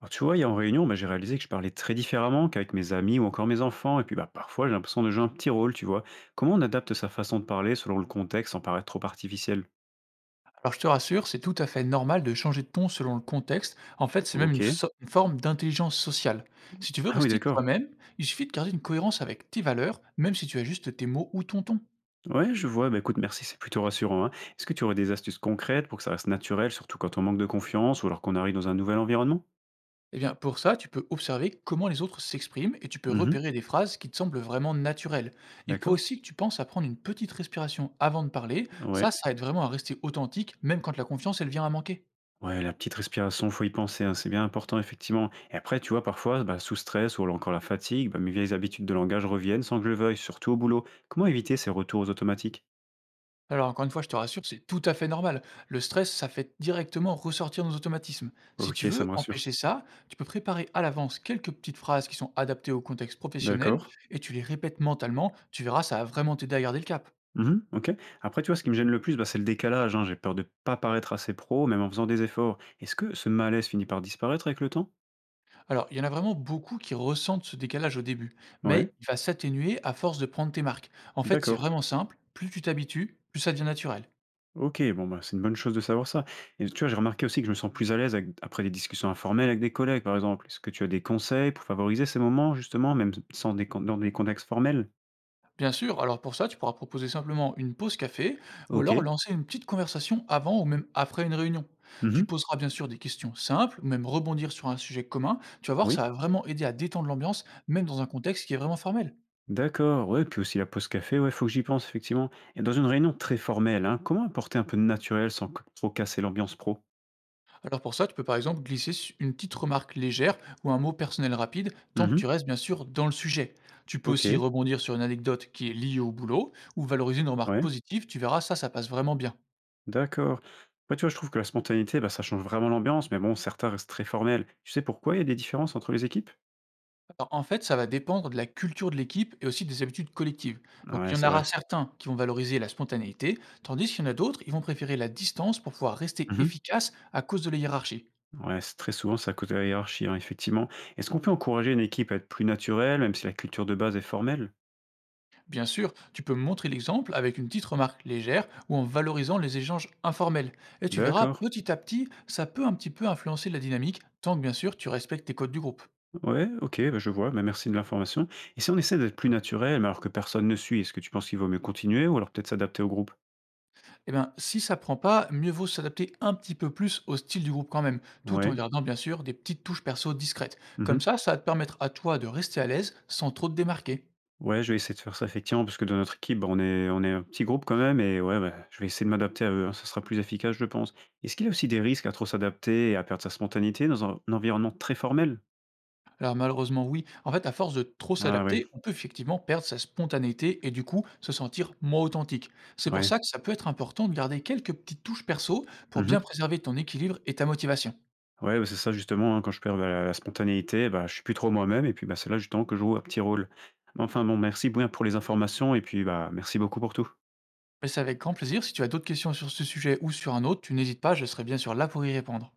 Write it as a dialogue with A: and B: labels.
A: Alors, tu vois, il y a en réunion, bah, j'ai réalisé que je parlais très différemment qu'avec mes amis ou encore mes enfants. Et puis, bah, parfois, j'ai l'impression de jouer un petit rôle, tu vois. Comment on adapte sa façon de parler selon le contexte sans paraître trop artificiel?
B: Alors je te rassure, c'est tout à fait normal de changer de ton selon le contexte. En fait, c'est même une,
A: Ok.
B: une forme d'intelligence sociale. Si tu veux
A: Ah oui,
B: rester
A: d'accord.
B: toi-même, il suffit de garder une cohérence avec tes valeurs, même si tu as juste tes mots ou ton ton.
A: Ouais, je vois. Bah, écoute, merci, c'est plutôt rassurant, hein. Est-ce que tu aurais des astuces concrètes pour que ça reste naturel, surtout quand on manque de confiance ou alors qu'on arrive dans un nouvel environnement?
B: Eh bien, pour ça, tu peux observer comment les autres s'expriment et tu peux
A: Mhm.
B: repérer des phrases qui te semblent vraiment naturelles. Il faut
A: D'accord.
B: aussi que tu penses à prendre une petite respiration avant de parler. Ça,
A: Ouais.
B: ça aide vraiment à rester authentique, même quand la confiance, elle vient à manquer.
A: Ouais, la petite respiration, faut y penser, hein, c'est bien important effectivement. Et après, tu vois, parfois, bah, sous stress ou alors encore la fatigue, bah, mes vieilles habitudes de langage reviennent sans que je le veuille, surtout au boulot. Comment éviter ces retours automatiques?
B: Alors encore une fois, je te rassure, c'est tout à fait normal. Le stress, ça fait directement ressortir nos automatismes. Si tu
A: Ok, ça
B: veux
A: me rassure.
B: empêcher ça, tu peux préparer à l'avance quelques petites phrases qui sont adaptées au contexte professionnel
A: D'accord.
B: et tu les répètes mentalement, tu verras, ça va vraiment t'aider à garder le cap.
A: Mhm, ok. Après, tu vois, ce qui me gêne le plus, bah, c'est le décalage, hein. J'ai peur de pas paraître assez pro, même en faisant des efforts. Est-ce que ce malaise finit par disparaître avec le temps?
B: Alors, il y en a vraiment beaucoup qui ressentent ce décalage au début,
A: Ouais,
B: mais il va s'atténuer à force de prendre tes marques. En fait, c'est
A: d'accord.
B: vraiment simple, plus tu t'habitues, plus ça devient naturel.
A: OK, bon, bah, c'est une bonne chose de savoir ça, et tu vois, j'ai remarqué aussi que je me sens plus à l'aise avec après des discussions informelles avec des collègues, par exemple. Est-ce que tu as des conseils pour favoriser ces moments justement, même sans des con dans des contextes formels?
B: Bien sûr, alors pour ça, tu pourras proposer simplement une pause café ou alors
A: OK.
B: lancer une petite conversation avant ou même après une réunion. Tu
A: Mmh.
B: poseras bien sûr des questions simples ou même rebondir sur un sujet commun. Tu vas voir, ça
A: Oui.
B: va vraiment aider à détendre l'ambiance, même dans un contexte qui est vraiment formel.
A: D'accord, ouais, puis aussi la pause café, ouais, faut que j'y pense effectivement. Et dans une réunion très formelle, hein, comment apporter un peu de naturel sans c trop casser l'ambiance pro?
B: Alors pour ça, tu peux par exemple glisser une petite remarque légère ou un mot personnel rapide, tant que
A: Mmh.
B: tu restes bien sûr dans le sujet. Tu peux aussi
A: OK,
B: rebondir sur une anecdote qui est liée au boulot ou valoriser une remarque
A: ouais,
B: positive, tu verras, ça passe vraiment bien.
A: d'accord. Ouais, tu vois, je trouve que la spontanéité, bah, ça change vraiment l'ambiance, mais bon, certains restent très formels. Tu sais pourquoi il y a des différences entre les équipes?
B: Alors, en fait, ça va dépendre de la culture de l'équipe et aussi des habitudes collectives. Donc,
A: Ouais,
B: il y en
A: c'est
B: aura
A: vrai.
B: certains qui vont valoriser la spontanéité, tandis qu'il y en a d'autres, ils vont préférer la distance pour pouvoir rester
A: Mmh.
B: efficace à cause de la hiérarchie.
A: Ouais, c'est très souvent, c'est à cause de la hiérarchie, hein, effectivement. Est-ce qu'on peut encourager une équipe à être plus naturelle, même si la culture de base est formelle?
B: Bien sûr, tu peux montrer l'exemple avec une petite remarque légère ou en valorisant les échanges informels. Et tu verras,
A: D'accord.
B: petit à petit, ça peut un petit peu influencer la dynamique, tant que bien sûr tu respectes les codes du groupe.
A: Ouais, ok, bah, je vois. Bah, merci de l'information. Et si on essaie d'être plus naturel, mais alors que personne ne suit, est-ce que tu penses qu'il vaut mieux continuer ou alors peut-être s'adapter au groupe?
B: Eh bien, si ça prend pas, mieux vaut s'adapter un petit peu plus au style du groupe quand même, tout en
A: Ouais.
B: gardant bien sûr des petites touches perso discrètes.
A: Mhm.
B: Comme ça va te permettre à toi de rester à l'aise sans trop te démarquer.
A: Ouais, je vais essayer de faire ça effectivement, parce que dans notre équipe, bah, on est un petit groupe quand même, et ouais, bah, je vais essayer de m'adapter à eux, hein, ça sera plus efficace, je pense. Est-ce qu'il y a aussi des risques à trop s'adapter et à perdre sa spontanéité dans un environnement très formel?
B: Alors malheureusement oui, en fait à force de trop
A: Ah ouais,
B: s'adapter, on peut effectivement perdre sa spontanéité et du coup se sentir moins authentique. C'est pour
A: ouais.
B: ça que ça peut être important de garder quelques petites touches perso pour bien
A: mhm.
B: préserver ton équilibre et ta motivation.
A: Ouais, bah, c'est ça justement, hein, quand je perds, bah, la spontanéité, bah, je suis plus trop moi-même et puis, bah, c'est là justement que je joue un petit rôle. Mais enfin bon, merci bien pour les informations et puis, bah, merci beaucoup pour tout.
B: Mais c'est avec grand plaisir, si tu as d'autres questions sur ce sujet ou sur un autre, tu n'hésites pas, je serai bien sûr là pour y répondre.